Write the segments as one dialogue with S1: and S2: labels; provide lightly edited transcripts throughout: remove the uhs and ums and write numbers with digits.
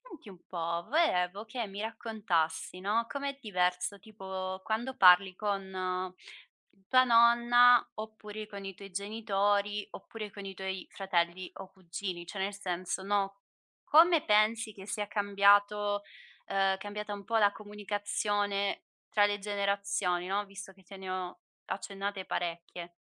S1: Senti un po', volevo che mi raccontassi, no, com'è diverso tipo quando parli con tua nonna, oppure con i tuoi genitori, oppure con i tuoi fratelli o cugini, cioè nel senso, no, come pensi che sia cambiato cambiata un po' la comunicazione tra le generazioni, no, visto che te ne ho accennate parecchie.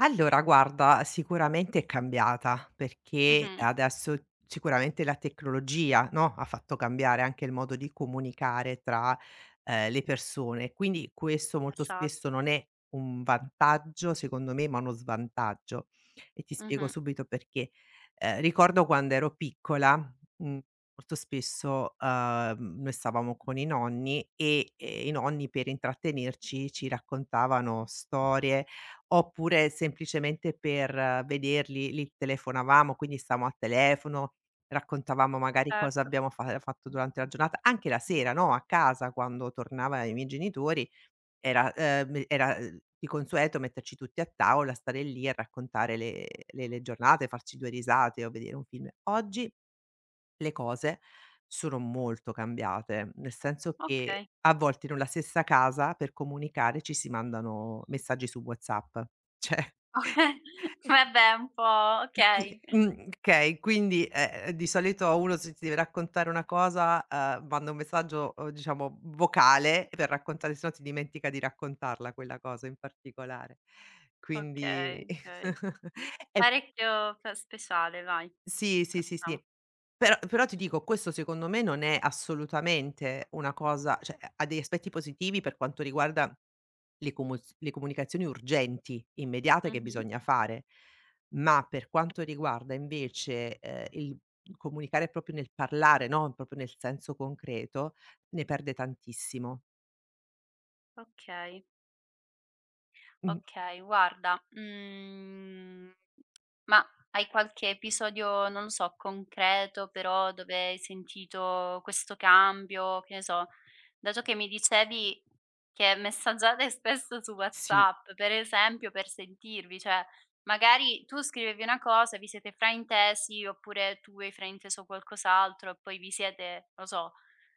S2: Allora guarda, sicuramente è cambiata, perché
S1: Mh-mh.
S2: adesso sicuramente la tecnologia, no, ha fatto cambiare anche il modo di comunicare tra, le persone, quindi questo molto spesso
S1: Esatto.
S2: non è un vantaggio secondo me, ma uno svantaggio e ti spiego
S1: Mh-mh.
S2: subito perché. Ricordo quando ero piccola, molto spesso, noi stavamo con i nonni e, i nonni per intrattenerci ci raccontavano storie. Oppure semplicemente per vederli li telefonavamo, quindi stavamo al telefono, raccontavamo magari cosa
S1: Certo.
S2: abbiamo fa fatto durante la giornata, anche la sera, no, a casa quando tornava i miei genitori era me era, di consueto metterci tutti a tavola, stare lì a raccontare le giornate, farci 2 risate o vedere un film. Oggi le cose sono molto cambiate, nel senso che
S1: Okay.
S2: a volte in una stessa casa per comunicare ci si mandano messaggi su WhatsApp. Cioè
S1: Okay. Vabbè un po'
S2: sì,
S1: okay.
S2: okay, quindi, di solito uno se ti deve raccontare una cosa, manda un messaggio, diciamo vocale per raccontare, se no ti dimentica di raccontarla quella cosa in particolare. Quindi
S1: Okay, okay.
S2: e
S1: Parecchio f speciale vai.
S2: sì, sì, sì,
S1: Facciamo.
S2: sì. Però ti dico, questo secondo me non è assolutamente una cosa, cioè ha degli aspetti positivi per quanto riguarda le comunicazioni urgenti, immediate che
S1: Mh-mh.
S2: bisogna fare, ma per quanto riguarda invece, il comunicare proprio nel parlare, no, proprio nel senso concreto, ne perde tantissimo.
S1: Okay.
S2: Mh,
S1: Okay, guarda, mhmm, ma hai qualche episodio, non lo so, concreto però dove hai sentito questo cambio? Che ne so, dato che mi dicevi che messaggiate spesso su
S2: sì.
S1: WhatsApp, per esempio, per sentirvi, cioè magari tu scrivevi una cosa, vi siete fraintesi oppure tu hai frainteso qualcos'altro e poi vi siete, non lo so,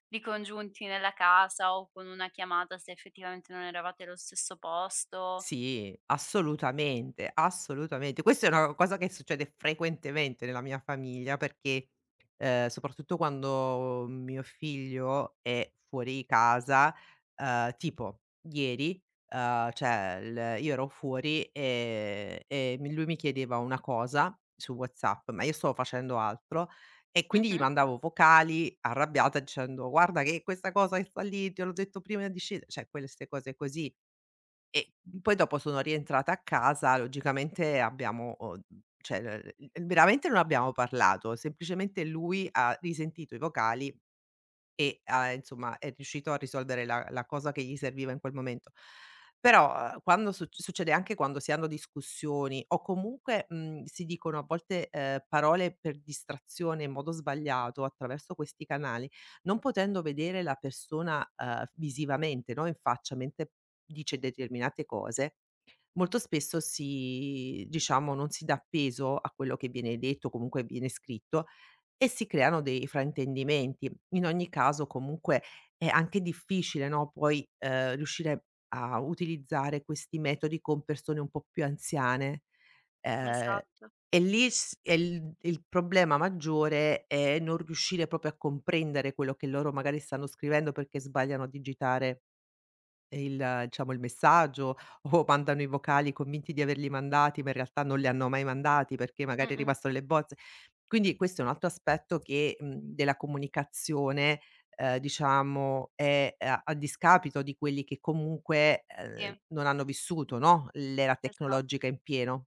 S1: ricongiunti nella casa o con una chiamata se effettivamente non eravate allo stesso posto.
S2: Sì, assolutamente, assolutamente. Questa è una cosa che succede frequentemente nella mia famiglia perché, soprattutto quando mio figlio è fuori casa, tipo ieri, cioè il io ero fuori, e mi lui mi chiedeva una cosa su WhatsApp, ma io stavo facendo altro e quindi gli
S1: Mh-mh,
S2: mandavo vocali arrabbiata dicendo: "Guarda che questa cosa che sta lì, te l'ho detto prima di sce", cioè queste cose così. E poi dopo sono rientrata a casa, logicamente abbiamo cioè, veramente non abbiamo parlato, semplicemente lui ha risentito i vocali e, insomma è riuscito a risolvere la cosa che gli serviva in quel momento. Però, quando succede anche quando si hanno discussioni o comunque, si dicono a volte, parole per distrazione in modo sbagliato attraverso questi canali, non potendo vedere la persona, visivamente, no, in faccia mentre dice determinate cose, molto spesso si diciamo non si dà peso a quello che viene detto, comunque viene scritto e si creano dei fraintendimenti. In ogni caso comunque è anche difficile, no, poi, riuscire a utilizzare questi metodi con persone un po' più anziane. Ehm,
S1: esatto.
S2: e lì s e il problema maggiore è non riuscire proprio a comprendere quello che loro magari stanno scrivendo perché sbagliano a digitare e il diciamo il messaggio, o mandano i vocali convinti di averli mandati, ma in realtà non li hanno mai mandati perché magari
S1: Mh-mh,
S2: rimassero le bozze. Quindi questo è un altro aspetto che, della comunicazione, diciamo è a discapito di quelli che comunque,
S1: sì,
S2: non hanno vissuto, no, l'era
S1: esatto.
S2: tecnologica in pieno.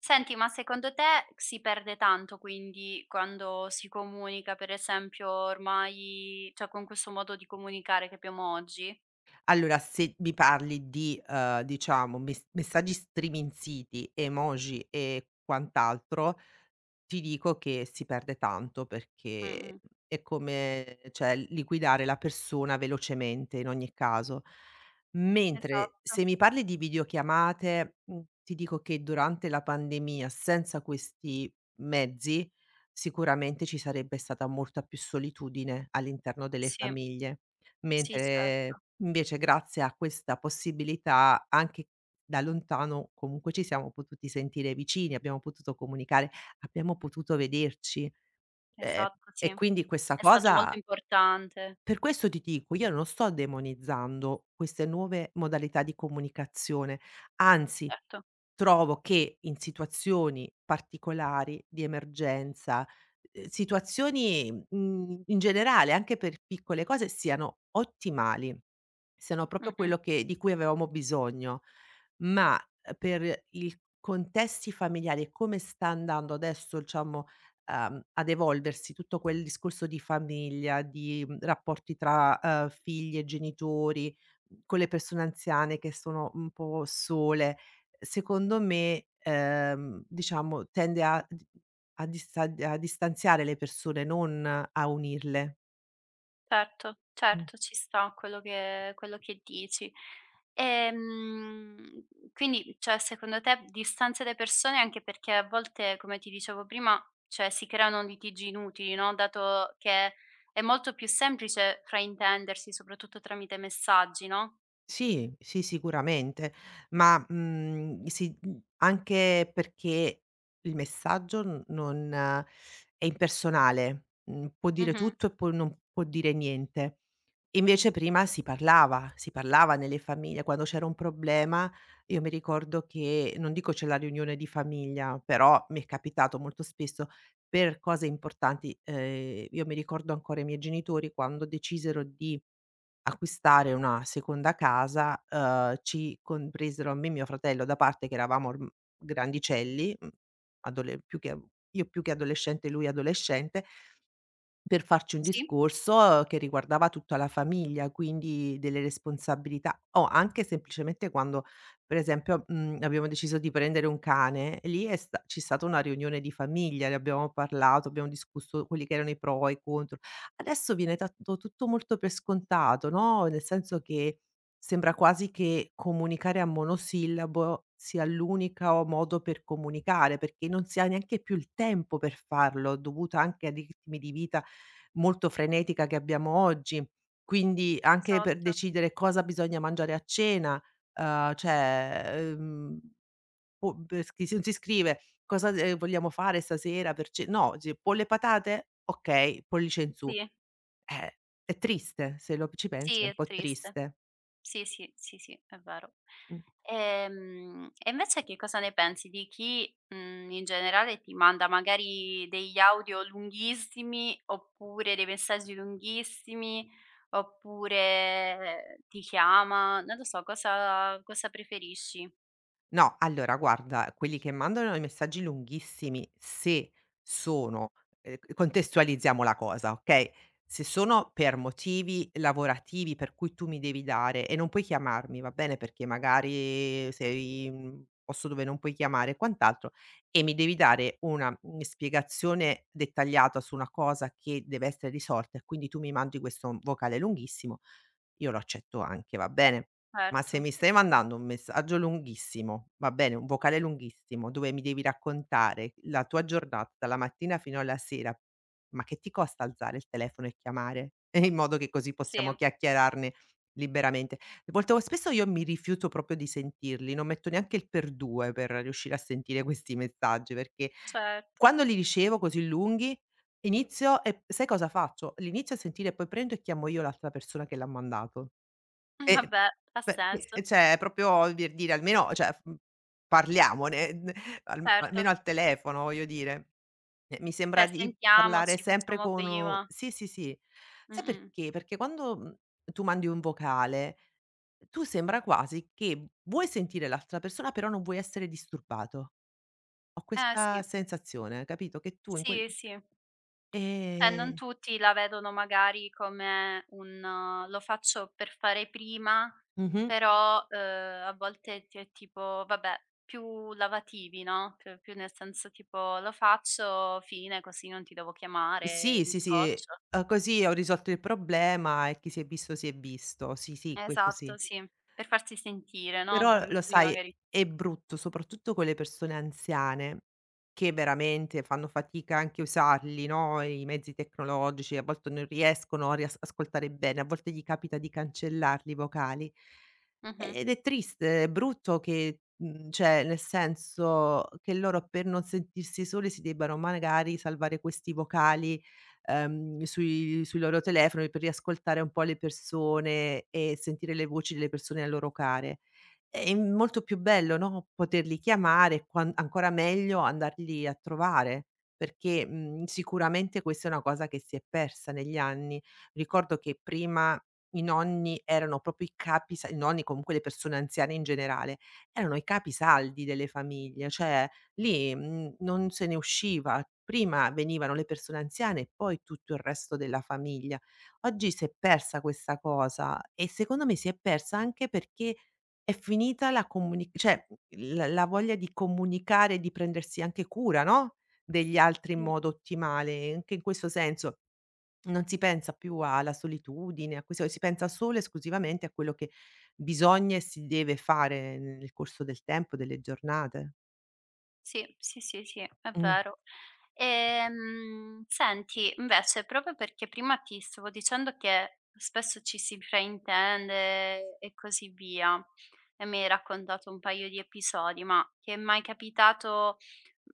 S1: Senti, ma secondo te si perde tanto quindi quando si comunica, per esempio, ormai cioè con questo modo di comunicare che abbiamo oggi?
S2: Allora se mi parli di, diciamo messaggi striminziti, emoji e quant'altro, ti dico che si perde tanto
S1: Mh-mh,
S2: perché è come, cioè liquidare la persona velocemente in ogni caso. Mentre
S1: esatto.
S2: se mi parli di videochiamate, ti dico che durante la pandemia senza questi mezzi sicuramente ci sarebbe stata molta più solitudine all'interno delle
S1: Sì,
S2: famiglie,
S1: sì certo.
S2: mentre invece grazie a questa possibilità anche da lontano comunque ci siamo potuti sentire vicini, abbiamo potuto comunicare, abbiamo potuto vederci. Ehm,
S1: Esatto, sì.
S2: e quindi questa
S1: È stato molto
S2: cosa,
S1: importante,
S2: per questo ti dico, io non sto demonizzando queste nuove modalità di comunicazione, anzi
S1: certo.
S2: trovo che in situazioni particolari di emergenza, situazioni, in generale anche per piccole cose siano ottimali. Sono proprio
S1: Mh-mh.
S2: quello che di cui avevamo bisogno, ma per il contesti familiari e come sta andando adesso, diciamo, ad evolversi tutto quel discorso di famiglia, di, rapporti tra, figli e genitori, con le persone anziane che sono un po' sole, secondo me, diciamo tende a distanziare le persone, non a unirle.
S1: Certo,
S2: Mh.
S1: certo, ci sta quello che dici. Ehm, quindi, cioè, secondo te distanzi le persone anche perché a volte, come ti dicevo prima, cioè si creano litigi inutili, no, dato che è molto più semplice fraintendersi, soprattutto tramite messaggi, no?
S2: Sì, sì, sicuramente, ma, sì, anche perché il messaggio n non è impersonale, può dire
S1: Mh-mh.
S2: tutto e poi non può dire niente. Invece prima si parlava nelle famiglie, quando c'era un problema io mi ricordo che non dico c'è la riunione di famiglia, però mi è capitato molto spesso per cose importanti, io mi ricordo ancora i miei genitori quando decisero di acquistare una seconda casa, ci compresero me e mio fratello da parte che eravamo orm grandicelli, adole più che io più che adolescente, lui adolescente. Per farci un
S1: Sì,
S2: discorso che riguardava tutta la famiglia, quindi delle responsabilità o anche semplicemente quando, per esempio, abbiamo deciso di prendere un cane, lì è sta c'è stata una riunione di famiglia, ne abbiamo parlato, abbiamo discusso quelli che erano i pro e i contro. Adesso viene dato tutto molto per scontato, no, nel senso che sembra quasi che comunicare a monosillabo sia l'unico modo per comunicare, perché non si ha neanche più il tempo per farlo, dovuto anche a ritmi di vita molto frenetica che abbiamo oggi. Quindi anche per
S1: esatto.
S2: decidere cosa bisogna mangiare a cena, cioè, o pe schi non si scrive: "Cosa, vogliamo fare stasera per ce", no, si: "Pollo e patate? Okay, pollice in su."
S1: Sì,
S2: Eh, è triste, se lo ci pensi
S1: sì,
S2: è un
S1: è
S2: po'
S1: triste.
S2: triste.
S1: Sì, sì, sì, sì, è vero.
S2: Mh.
S1: E invece che cosa ne pensi di chi, mhmm, in generale ti manda magari degli audio lunghissimi, oppure dei messaggi lunghissimi, oppure ti chiama, non lo so, cosa cosa preferisci?
S2: No, allora guarda, quelli che mandano i messaggi lunghissimi, se sono contestualizziamo la cosa, okay, se sono per motivi lavorativi per cui tu mi devi dare e non puoi chiamarmi, va bene, perché magari sei in un posto dove non puoi chiamare e quant'altro, e mi devi dare una, spiegazione dettagliata su una cosa che deve essere risolta e quindi tu mi mandi questo vocale lunghissimo, io lo accetto anche, va bene? Ma se
S1: Certo,
S2: mi stai mandando un messaggio lunghissimo, va bene, un vocale lunghissimo, dove mi devi raccontare la tua giornata dalla mattina fino alla sera, ma che ti costa alzare il telefono e chiamare? E in modo che così
S1: sì,
S2: possiamo chiacchierarne liberamente. Molto spesso io mi rifiuto proprio di sentirli, non metto neanche il per due per riuscire a sentire questi messaggi, perché
S1: certo.
S2: quando li ricevo così lunghi, inizio e sai cosa faccio? Li inizio a sentire e poi prendo e chiamo io l'altra persona che l'ha mandato. E
S1: Vabbè, ha
S2: perché,
S1: senso,
S2: cioè è proprio per dire almeno, cioè, parliamone, n al
S1: certo.
S2: almeno al telefono, voglio dire. Mi
S1: Cioè
S2: sembra di parlare
S1: sentiamoci,
S2: sempre
S1: facciamo
S2: con u
S1: prima.
S2: sì, sì, sì. Sai
S1: Mh-mh.
S2: perché? Perché quando, tu mandi un vocale, tu sembra quasi che vuoi sentire l'altra persona, però non vuoi essere disturbato. Ho
S1: Eh sì,
S2: questa sensazione, capito, che tu in quel
S1: sì, sì. Cioè non
S2: ehm
S1: tutti la vedono magari come un lo faccio per fare prima,
S2: mh-mh.
S1: però, a volte ti è tipo vabbè, più lavativi, no, più più nel senso tipo: "Lo faccio, fine, così non ti devo chiamare,
S2: Sì,
S1: mi
S2: sì, sì,
S1: scoccio".
S2: così ho risolto il problema e chi si è visto si è visto. Sì, sì, questo
S1: Esatto,
S2: sì.
S1: sì, per farsi sentire, no, per
S2: Però lo
S1: alcuni
S2: sai,
S1: magari
S2: è brutto, soprattutto con le persone anziane, che veramente fanno fatica anche a usarli, no, i mezzi tecnologici, a volte non riescono a rias ascoltare bene, a volte gli capita di cancellarli i vocali.
S1: mh-mh,
S2: Ed è triste, è brutto che, cioè nel senso che loro per non sentirsi soli si debbano magari salvare questi vocali, sui loro telefoni per riascoltare un po' le persone e sentire le voci delle persone a loro care. È molto più bello, no, poterli chiamare, quan ancora meglio andarli a trovare, perché, sicuramente questa è una cosa che si è persa negli anni. Ricordo che prima i nonni erano proprio i capi sa i nonni, comunque le persone anziane in generale, erano i capisaldi delle famiglie, cioè lì, non se ne usciva. Prima venivano le persone anziane e poi tutto il resto della famiglia. Oggi si è persa questa cosa e secondo me si è persa anche perché è finita la comuni cioè la voglia di comunicare e di prendersi anche cura, no, degli altri in
S1: sì.
S2: modo ottimale. Anche in questo senso non si pensa più alla solitudine, a questo si pensa solo e esclusivamente a quello che bisogna e si deve fare nel corso del tempo, delle giornate.
S1: Sì, sì, sì, sì, è
S2: Mh.
S1: vero. Senti, invece, proprio perché prima ti stavo dicendo che spesso ci si fraintende e così via, e mi hai raccontato un paio di episodi, ma ti è mai capitato,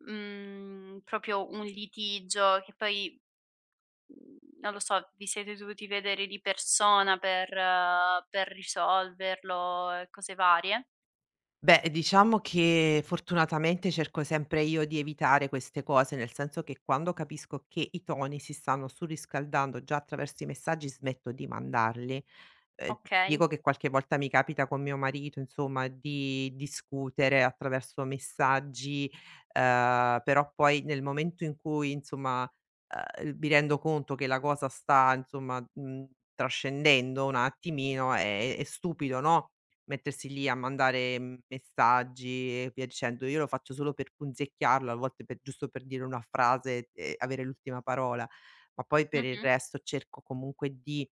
S1: mhmm, proprio un litigio che poi, mhmm, non lo so, vi siete dovuti vedere di persona per risolverlo e cose varie?
S2: Beh, diciamo che fortunatamente cerco sempre io di evitare queste cose, nel senso che quando capisco che i toni si stanno surriscaldando già attraverso i messaggi smetto di mandarli. Ehm,
S1: Okay.
S2: Dico che qualche volta mi capita con mio marito, insomma, di discutere attraverso messaggi, però poi nel momento in cui, insomma, mi rendo conto che la cosa sta, insomma, trascendendo un attimino è stupido, no, mettersi lì a mandare messaggi e via dicendo. Io lo faccio solo per punzecchiarlo, a volte per giusto per dire una frase e avere l'ultima parola, ma poi per il
S1: Mh-mh.
S2: resto cerco comunque di,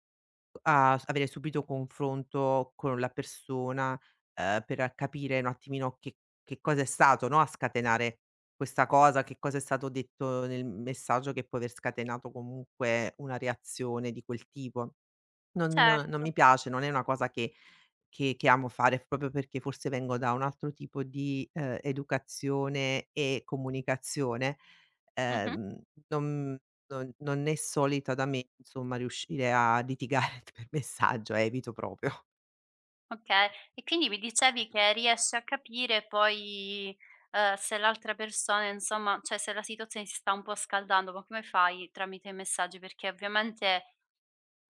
S2: avere subito confronto con la persona, per capire un attimino che cosa è stato, no, a scatenare questa cosa, che cosa è stato detto nel messaggio che può aver scatenato comunque una reazione di quel tipo. Non
S1: Certo.
S2: mi piace, non è una cosa che amo fare, proprio perché forse vengo da un altro tipo di, educazione e comunicazione,
S1: Mh-mh.
S2: ehm, non non è solita da me, insomma, riuscire a litigare per messaggio, evito proprio.
S1: Okay. E quindi mi dicevi che riesci a capire poi, se l'altra persona insomma cioè se la situazione si sta un po' scaldando, ma come fai tramite i messaggi? Perché ovviamente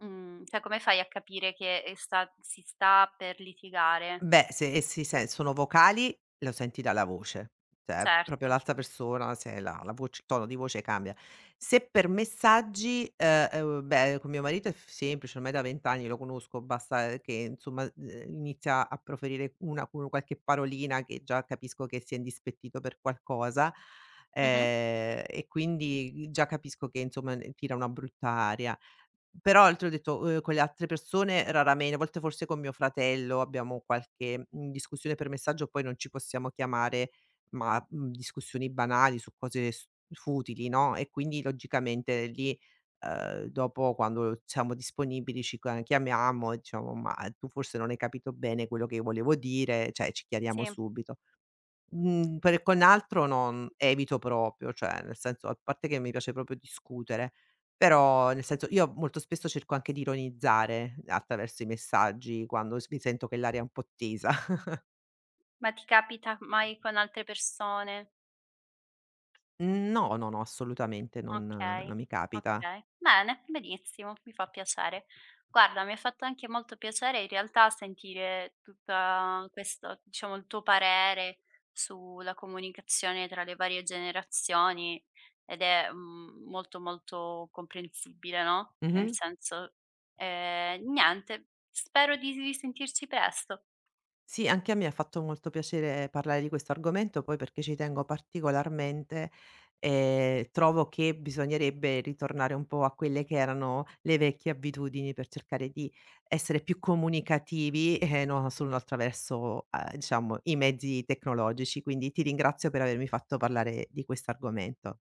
S1: mhmm, cioè come fai a capire che, sta si sta per litigare?
S2: Beh, se e si se sono vocali, lo senti dalla voce, cioè proprio
S1: Certo.
S2: l'altra persona, se la la voc il tono di voce cambia. Se per messaggi, beh, con mio marito è f semplice, ormai da 20 anni lo conosco, basta che insomma, inizia a proferire una u qualche parolina che già capisco che si è indispettito per qualcosa,
S1: Mh-mh.
S2: e quindi già capisco che insomma, tira una brutta aria. Però, te l'ho detto, con le altre persone raramen a volte forse con mio fratello abbiamo qualche, discussione per messaggio, poi non ci possiamo chiamare, ma, discussioni banali su cose s futili, no, e quindi logicamente lì, dopo quando siamo disponibili ci ca chiamiamo e diciamo: "Ma tu forse non hai capito bene quello che io volevo dire", cioè ci chiariamo
S1: Sì.
S2: subito. Per con l'altro non evito proprio, cioè nel senso a parte che mi piace proprio discutere, però nel senso io molto spesso cerco anche di ironizzare attraverso i messaggi quando s mi sento che l'aria è un po' tesa.
S1: Ma ti capita mai con altre persone?
S2: No, no, no, assolutamente non
S1: Okay,
S2: non mi capita.
S1: okay. Bene, benissimo, mi fa piacere. Guarda, mi ha fatto anche molto piacere in realtà sentire tutta questo diciamo, il tuo parere sulla comunicazione tra le varie generazioni ed è, mhmm, molto, molto comprensibile, no, nel
S2: Mh-mh.
S1: senso niente, spero di risentirci presto.
S2: Sì, anche a me ha fatto molto piacere parlare di questo argomento, poi perché ci tengo particolarmente e trovo che bisognerebbe ritornare un po' a quelle che erano le vecchie abitudini per cercare di essere più comunicativi e non solo attraverso, diciamo, i mezzi tecnologici. Quindi ti ringrazio per avermi fatto parlare di questo argomento.